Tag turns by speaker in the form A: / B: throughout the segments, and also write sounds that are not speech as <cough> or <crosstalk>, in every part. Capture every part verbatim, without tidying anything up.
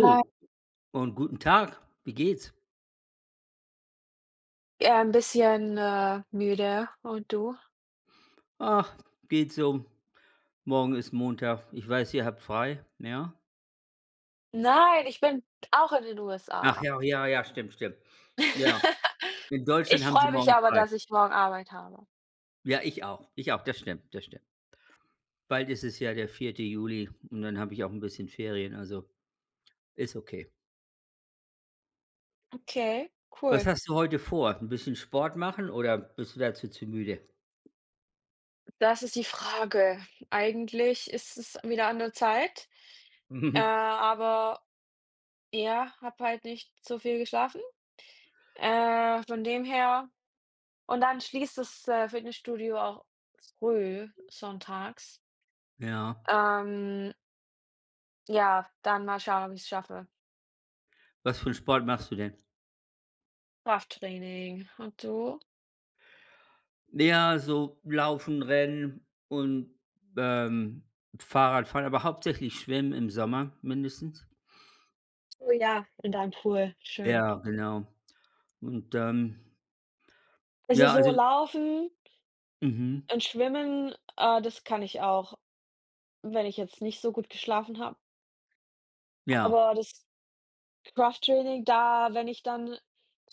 A: Hi,
B: und guten Tag. Wie geht's?
A: eher 'n bisschen, äh, müde. Und du?
B: Ach, geht so. Morgen ist Montag. Ich weiß, ihr habt frei, ja?
A: Nein, ich bin auch in den
B: Ach
A: U S A.
B: ja, ja, ja, stimmt, stimmt. Ja,
A: <laughs>
B: in Deutschland
A: Ich
B: haben sie
A: freue mich
B: morgen
A: aber,
B: frei.
A: dass ich morgen Arbeit habe.
B: Ja, ich auch. Ich auch, das stimmt, das stimmt. Bald ist es ja der vierte Juli und dann habe ich auch ein bisschen Ferien, also ist okay.
A: Okay,
B: Was
A: cool.
B: hast du heute vor? Ein bisschen Sport machen oder bist du dazu zu müde?
A: Das ist die Frage. Eigentlich ist es wieder an der Zeit, äh,
B: <laughs>
A: aber ja, habe halt nicht so viel geschlafen. Äh, von dem her und dann schließt das, äh, Fitnessstudio auch früh sonntags.
B: Ja.
A: Ähm, ja, dann mal schauen, ob ich's schaffe.
B: Was für 'n Sport machst du denn?
A: Krafttraining. Und du?
B: Ja, so Laufen, Rennen und, ähm, Fahrrad fahren, aber hauptsächlich Schwimmen im Sommer mindestens.
A: Oh ja, in deinem Pool, schön.
B: Ja, genau. Und, ähm,
A: Also,
B: ja,
A: so
B: also
A: Laufen
B: mhm,
A: und Schwimmen, äh, das kann ich auch, wenn ich jetzt nicht so gut geschlafen habe.
B: ja.
A: Aber das Krafttraining, da wenn ich dann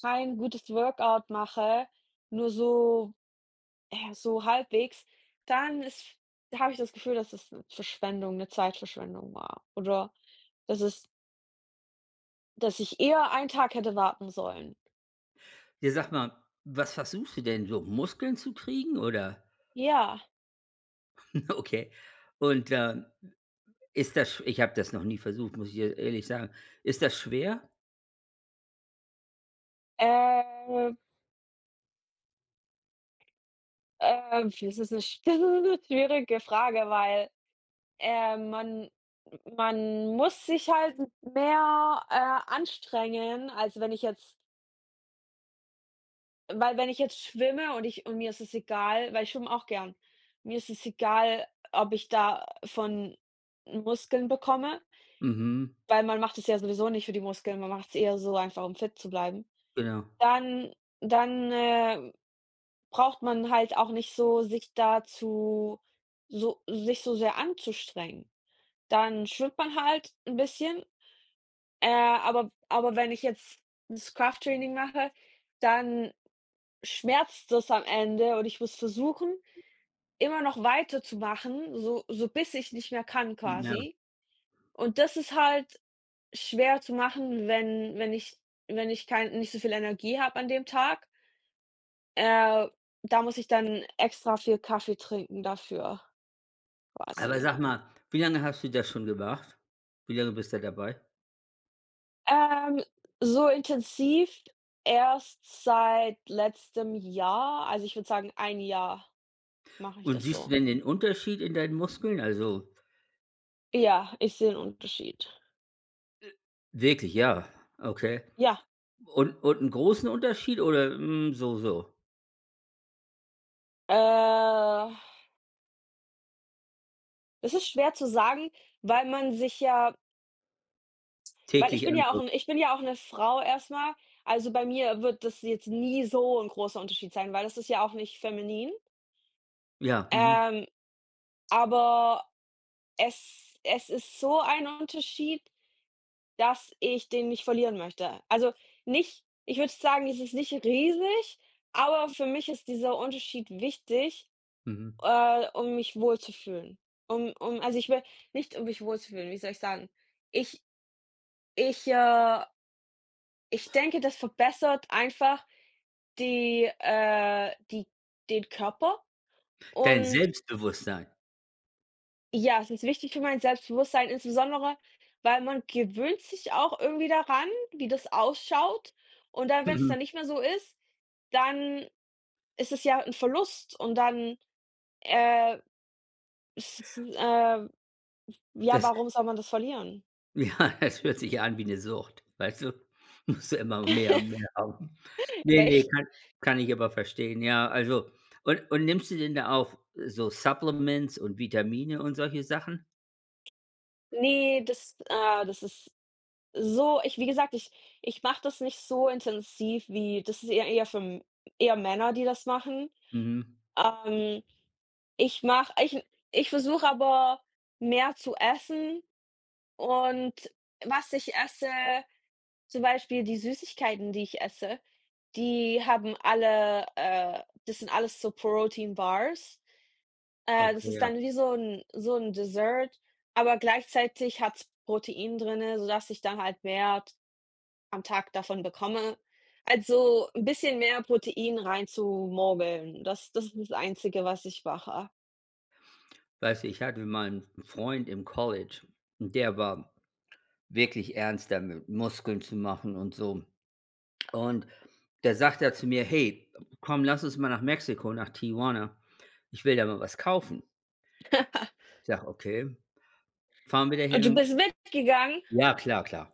A: kein gutes Workout mache, nur so ja, so halbwegs, dann ist habe ich das Gefühl, dass es 'ne Verschwendung 'ne Zeitverschwendung war oder dass es dass ich eher einen Tag hätte warten sollen.
B: Ja, sag mal, was versuchst du denn so, Muskeln zu kriegen oder?
A: Ja,
B: <laughs> Okay. Und, ähm, ist das sch- ich habe das noch nie versucht, muss ich dir ehrlich sagen. Ist das schwer?
A: äh Ähm, das ist 'ne sch <laughs> das ist 'ne schwierige Frage, weil, äh, man man muss sich halt m mehr, äh, anstrengen, als wenn ich jetzt weil wenn ich jetzt schwimme und ich und mir ist es egal, weil ich schwimme auch gern. Mir ist es egal, ob ich davon Muskeln bekomme,
B: Mhm,
A: weil man macht es ja sowieso nicht für die Muskeln, man macht's eher so einfach, um fit zu bleiben.
B: genau.
A: Dann dann, äh braucht man halt auch nicht so sich dazu so sich so sehr anzustrengen. Dann schwimmt man halt 'n bisschen, äh, aber aber wenn ich jetzt das Krafttraining mache, dann schmerzt es am Ende und ich muss versuchen, immer noch weiterzumachen, so so bis ich nicht mehr kann
B: Ja.
A: quasi. Und das ist halt schwer zu machen, wenn wenn ich wenn ich kein nicht so viel Energie habe an dem Tag. Äh, Da muss ich dann extra viel Kaffee trinken dafür.
B: Aber
A: Quasi.
B: sag mal, wie lange hast du das schon gemacht? Wie lange bist du dabei?
A: Ähm, so intensiv erst seit letztem Jahr. Also, ich würde sagen, ein Jahr mache ich
B: Und
A: das
B: siehst du
A: so.
B: denn den Unterschied in deinen Muskeln? Also,
A: Ja, ich sehe 'n Unterschied.
B: wirklich, ja, okay.
A: Ja,
B: Und und einen großen Unterschied oder, hm, so, so?
A: äh, es ist schwer zu sagen, weil man sich ja weil ich
B: Täglich
A: bin ja auch
B: angucken.
A: ein ich bin ja auch eine Frau erstmal. Also, bei mir wird das jetzt nie so ein großer Unterschied sein, weil das ist ja auch nicht feminin.
B: Ja, mhm,
A: Ähm, aber es es ist so ein Unterschied, dass ich den nicht verlieren möchte. Also, nicht ich würde sagen, es ist nicht riesig, aber für mich ist dieser Unterschied wichtig,
B: mhm.
A: äh, um mich wohlzufühlen. Um um Also, ich will nicht um mich wohlzufühlen, wie soll ich sagen? Ich ich, äh ich denke, das verbessert einfach die äh, die den Körper
B: Dein
A: und
B: Selbstbewusstsein.
A: ja, es ist wichtig für mein Selbstbewusstsein, insbesondere, weil man gewöhnt sich auch irgendwie daran, wie das ausschaut und dann, wenn es
B: Mhm.
A: dann nicht mehr so ist. Dann ist es ja 'n Verlust und dann, äh, ist es 'n äh, ja,
B: Das
A: warum soll man das verlieren?
B: <laughs> ja, das hört sich ja an wie eine Sucht, weißt du? <laughs> Musst du immer mehr und mehr haben. Ne, ne,
A: Echt?
B: kann kann ich aber verstehen, ja. Also, und und nimmst du denn da auch so Supplements und Vitamine und solche Sachen?
A: Ne, das ah, das ist so, ich wie gesagt, ich ich mache das nicht so intensiv wie das ist eher eher für m eher Männer, die das machen.
B: Mhm.
A: Ähm, ich mache ich ich versuche aber mehr zu essen und was ich esse zum Beispiel die Süßigkeiten, die ich esse. Die haben alle äh, das sind alles so Protein Bars. Äh, das
B: Okay,
A: ist
B: ja.
A: dann wie so 'n so 'n Dessert, aber gleichzeitig hat's Protein drinne, sodass ich dann halt mehr t am Tag davon bekomme. Also, 'n bisschen mehr Protein reinzumogeln. Das das ist das Einzige, was ich mache.
B: Weißt du, ich hatte mal einen Freund im College, und der war wirklich ernst damit, Muskeln zu machen und so. Und da sagt er zu mir: „Hey, komm, lass uns mal nach Mexiko, nach Tijuana. Ich will da mal was kaufen."
A: <laughs>
B: Ich sage: „Okay, fahren wir
A: Und du
B: dahin.
A: bist mitgegangen?
B: „Ja, klar, klar."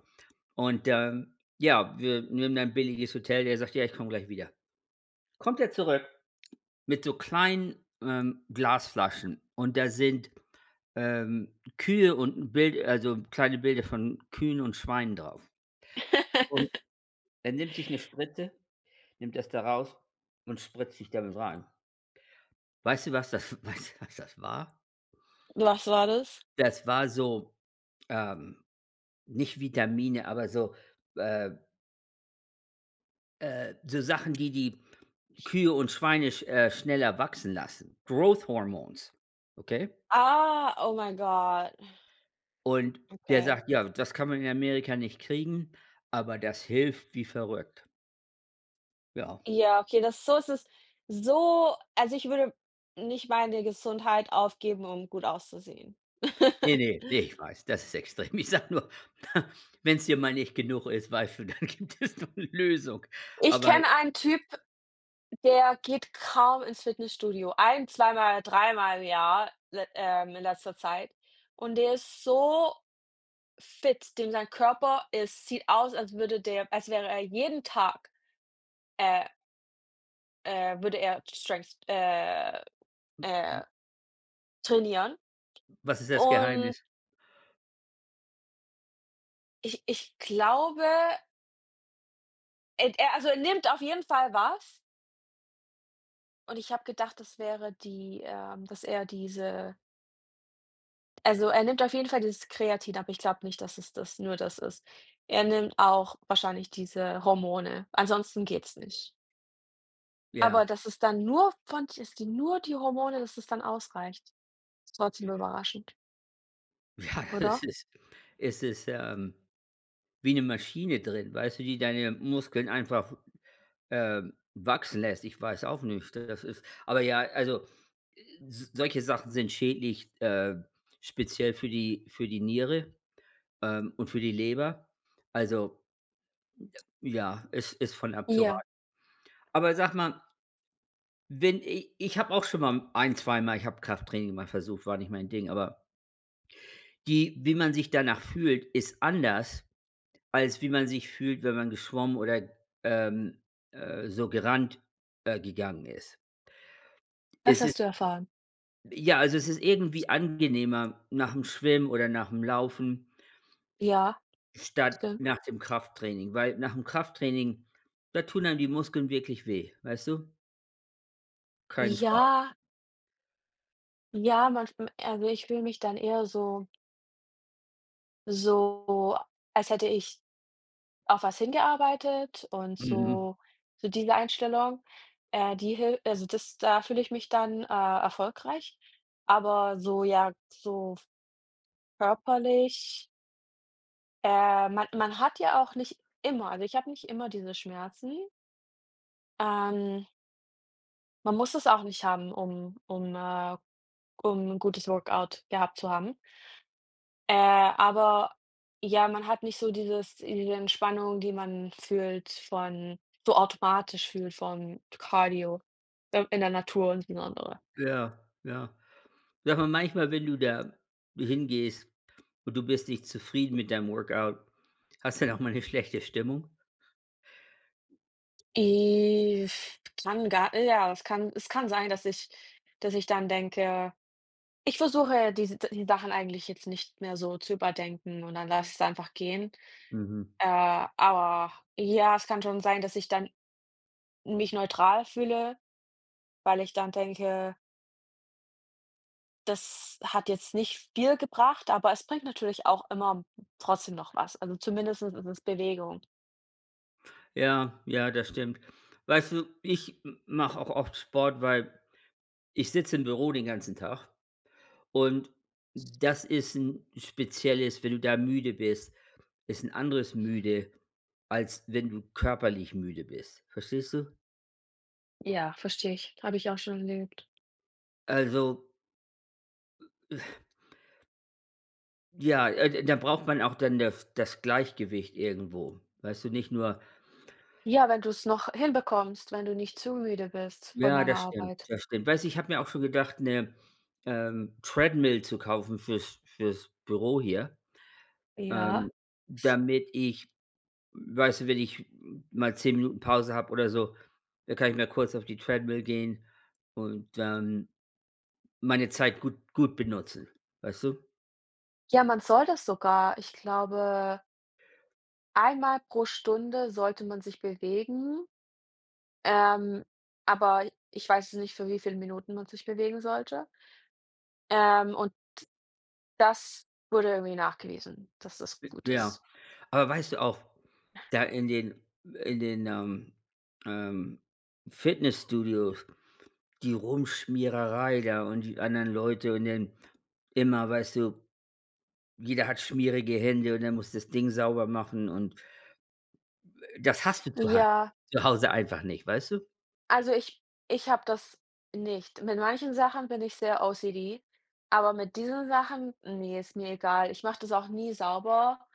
B: Und, ähm, ja, wir nehmen dann ein billiges Hotel. Der sagt: „Ja, ich komme gleich wieder." Kommt er zurück mit so kleinen, ähm, Glasflaschen, und da sind ähm, Kühe und 'n Bild, also kleine Bilder von Kühen und Schweinen drauf. Und er nimmt sich eine Spritze, nimmt das da raus und spritzt sich damit rein. Weißt du, was das <laughs> weißt du, was das war?
A: Was war das?
B: Das war so, ähm, nicht Vitamine, aber so, äh, äh, so Sachen, die die Kühe und Schweine sch äh, schneller wachsen lassen. Growth Hormones, okay?
A: Ah, oh mein Gott,
B: Und der
A: okay.
B: sagt: „Ja, das kann man in Amerika nicht kriegen, aber das hilft wie verrückt." Ja.
A: Ja, okay, das so ist so, es so also, ich würde nicht meine Gesundheit aufgeben, um gut auszusehen.
B: Ne, ne,
A: <laughs>
B: ne, ich weiß, das ist extrem. Ich sage nur, <laughs> wenn es dir mal nicht genug ist, weißt du, dann <laughs> gibt es noch 'ne Lösung.
A: Ich
B: Aber
A: kenne einen Typ, der geht kaum ins Fitnessstudio, ein zweimal, dreimal im Jahr, le ähm, in letzter Zeit. Und der ist so fit, dem sein Körper ist sieht aus, als würde der als wäre er jeden Tag, äh, äh würde er Strength äh, äh, trainieren.
B: was ist das
A: Und
B: Geheimnis?
A: ich ich glaube, Ed er also, er nimmt auf jeden Fall was und ich habe gedacht, das wäre die, ähm dass er diese also, er nimmt auf jeden Fall dieses Kreatin, aber ich glaube nicht, dass es das nur das ist. Er nimmt auch wahrscheinlich diese Hormone, ansonsten geht's nicht.
B: Ja,
A: Aber dass es dann nur von dass die nur die Hormone dass es dann ausreicht, ist trotzdem überraschend,
B: ja, <laughs> es
A: oder?
B: ist es ist, ähm, wie eine Maschine drin, weißt du, die deine Muskeln einfach, ähm, wachsen lässt. Ich weiß auch nicht, das ist aber ja, also, äh, s solche Sachen sind schädlich, äh, speziell für die für die Niere, ähm, und für die Leber. Also, ja, es ist von
A: Ja,
B: abzuraten. Aber sag mal. Wenn i ich habe auch schon mal ein zweimal, ich habe Krafttraining mal versucht, war nicht mein Ding, aber die wie man sich danach fühlt, ist anders, als wie man sich fühlt, wenn man geschwommen oder, ähm, äh, so gerannt, äh, gegangen ist.
A: das
B: Es ist
A: hast du erfahren?
B: ja, also es ist irgendwie angenehmer nach dem Schwimmen oder nach dem Laufen,
A: Ja,
B: statt
A: stimmt.
B: nach dem Krafttraining, weil nach dem Krafttraining, da tun einem die Muskeln wirklich weh, weißt du? Keinen Spaß.
A: Ja, ja, manchmal also, ich fühle mich dann eher so so, als hätte ich auf was hingearbeitet und
B: Mhm.
A: so so diese Einstellung, äh, die hil also, das da fühle ich mich dann, äh, erfolgreich. Aber so, ja, so körperlich äh, man man hat ja auch nicht immer also, ich habe nicht immer diese Schmerzen. Ähm, Man muss es auch nicht haben, um um, äh um ein gutes Workout gehabt zu haben. Äh, aber ja, man hat nicht so dieses diese Entspannung, die man fühlt von so automatisch fühlt vom Cardio, äh, in der Natur insbesondere.
B: Ja, ja. Sag mal, manchmal, wenn du da hingehst und du bist nicht zufrieden mit deinem Workout, hast du dann auch mal eine schlechte Stimmung?
A: Äh, kann gar ja, Es kann es kann sein, dass ich dass ich dann denke, ich versuche, diese die Sachen eigentlich jetzt nicht mehr so zu überdenken und dann lasse ich es einfach gehen.
B: Mhm.
A: Äh, aber ja, es kann schon sein, dass ich dann mich neutral fühle, weil ich dann denke, das hat jetzt nicht viel gebracht, aber es bringt natürlich auch immer trotzdem noch was. Also zumindest ist es Bewegung.
B: Ja, ja, das stimmt. Weißt du, ich mache auch oft Sport, weil ich sitze im Büro den ganzen Tag, und das ist ein spezielles, wenn du da müde bist, ist ein anderes müde, als wenn du körperlich müde bist. Verstehst du?
A: Ja, verstehe ich. Habe ich auch schon erlebt.
B: Also, ja, äh, da braucht man auch dann das das Gleichgewicht irgendwo. Weißt du, nicht nur.
A: Ja, wenn du es noch hinbekommst, wenn du nicht zu müde bist von
B: Ja, das
A: deiner
B: stimmt,
A: Arbeit.
B: das stimmt. Weißt du, ich habe mir auch schon gedacht, 'ne, ähm, Treadmill zu kaufen fürs fürs Büro hier, ähm,
A: Ja.
B: damit ich, weißt du, wenn ich mal zehn Minuten Pause habe oder so, dann kann ich mal kurz auf die Treadmill gehen und dann meine Zeit gut gut benutzen, weißt du?
A: Ja, man soll das sogar. Ich glaube, einmal pro Stunde sollte man sich bewegen, ähm, aber ich weiß es nicht, für wie viele Minuten man sich bewegen sollte. Ähm, und Das wurde irgendwie nachgewiesen, dass das gut
B: Ja.
A: ist.
B: Aber weißt du auch, da in den in den, ähm, ähm, Fitnessstudios, die Rumschmiererei da und die anderen Leute und dann immer, weißt du, jeder hat schmierige Hände, und dann muss das Ding sauber machen, und das hast du zu ha
A: Ja.
B: zu Hause einfach nicht, weißt du?
A: Also, ich ich habe das nicht. Mit manchen Sachen bin ich sehr O C D, aber mit diesen Sachen, nee, ist mir egal. Ich mache das auch nie sauber.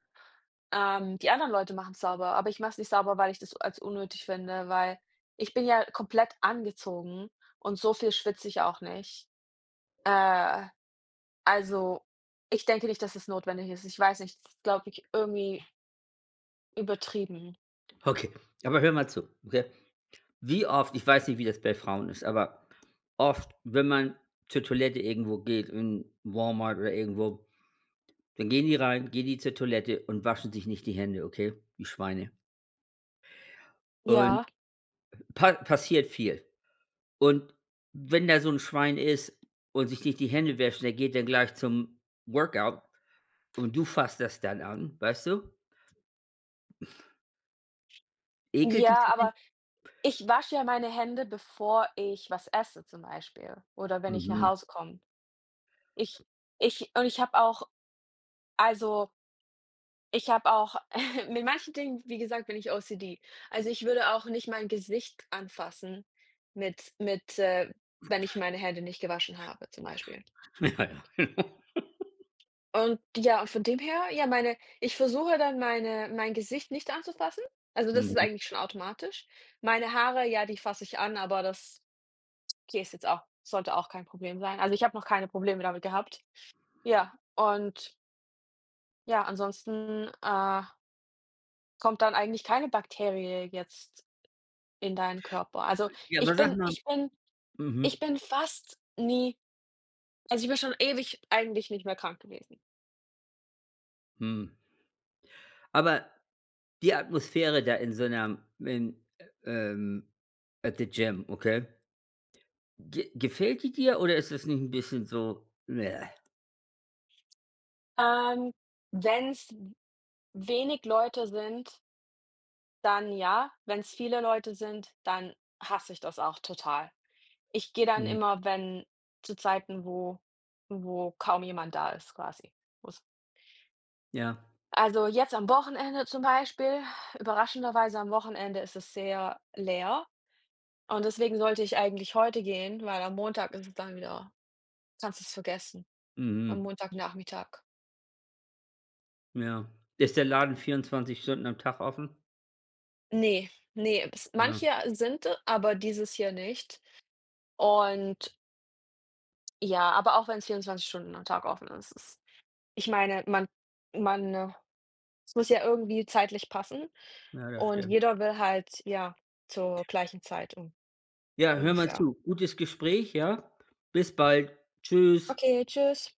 A: Ähm, die anderen Leute machen es sauber, aber ich mache es nicht sauber, weil ich das als unnötig finde, weil ich bin ja komplett angezogen und so viel schwitze ich auch nicht. Äh, also, ich denke nicht, dass es notwendig ist. Ich weiß nicht, das ist, glaube ich, irgendwie übertrieben.
B: Okay, aber hör mal zu, okay? Wie oft, ich weiß nicht, wie das bei Frauen ist, aber oft, wenn man zur Toilette irgendwo geht, in Walmart oder irgendwo, dann gehen die rein, gehen die zur Toilette und waschen sich nicht die Hände, okay, die Schweine. Und
A: Ja.
B: pa passiert viel. Und wenn da so ein Schwein ist und sich nicht die Hände wäscht, der geht dann gleich zum Workout, und du fasst das dann an, weißt du? Ekelt dich
A: Ja,
B: das nicht?
A: aber ich wasche ja meine Hände, bevor ich was esse zum Beispiel oder wenn ich nach
B: Mhm.
A: Hause komme. Ich ich und ich habe auch also, ich habe auch <laughs> mit manchen Dingen, wie gesagt, bin ich O C D. Also, ich würde auch nicht mein Gesicht anfassen mit mit, äh wenn ich meine Hände nicht gewaschen habe zum Beispiel.
B: <laughs> Ja, ja. <laughs>
A: Und ja, und von dem her, ja, meine ich versuche dann meine mein Gesicht nicht anzufassen. Also, das ist
B: Mhm.
A: eigentlich schon automatisch. Meine Haare, ja, die fasse ich an, aber das okay, ist jetzt auch sollte auch kein Problem sein. Also, ich habe noch keine Probleme damit gehabt. Ja, und ja, ansonsten, äh, kommt dann eigentlich keine Bakterie jetzt in deinen Körper. Also,
B: Ja, aber
A: ich
B: sag
A: bin
B: mal,
A: ich bin
B: mhm,
A: ich bin fast nie also, ich bin schon ewig eigentlich nicht mehr krank gewesen.
B: mhm. Aber die Atmosphäre da in so einer, in, ähm at the gym, okay? Ge Gefällt die dir oder ist das nicht ein bisschen so, bleh?
A: Ähm, Wenn es wenig Leute sind, dann ja, wenn es viele Leute sind, dann hasse ich das auch total. Ich gehe dann
B: Mhm,
A: immer, wenn zu Zeiten, wo wo kaum jemand da ist quasi. Wo's
B: ja,
A: Also, jetzt am Wochenende zum Beispiel überraschenderweise am Wochenende ist es sehr leer und deswegen sollte ich eigentlich heute gehen, weil am Montag ist es dann wieder kannst es vergessen, am
B: mhm,
A: Montagnachmittag.
B: ja. Ist der Laden vierundzwanzig Stunden am Tag offen?
A: Ne, ne, bis
B: Ja,
A: manche sind, aber dieses hier nicht und ja, aber auch wenn es vierundzwanzig Stunden am Tag offen ist, ist ich meine, man man, äh es muss ja irgendwie zeitlich passen
B: ja, das
A: und
B: stimmt.
A: jeder will halt, ja, zur gleichen Zeit un
B: Ja, hör mal
A: ungefähr.
B: zu. Gutes Gespräch, ja? Bis bald. Tschüss.
A: Okay, tschüss.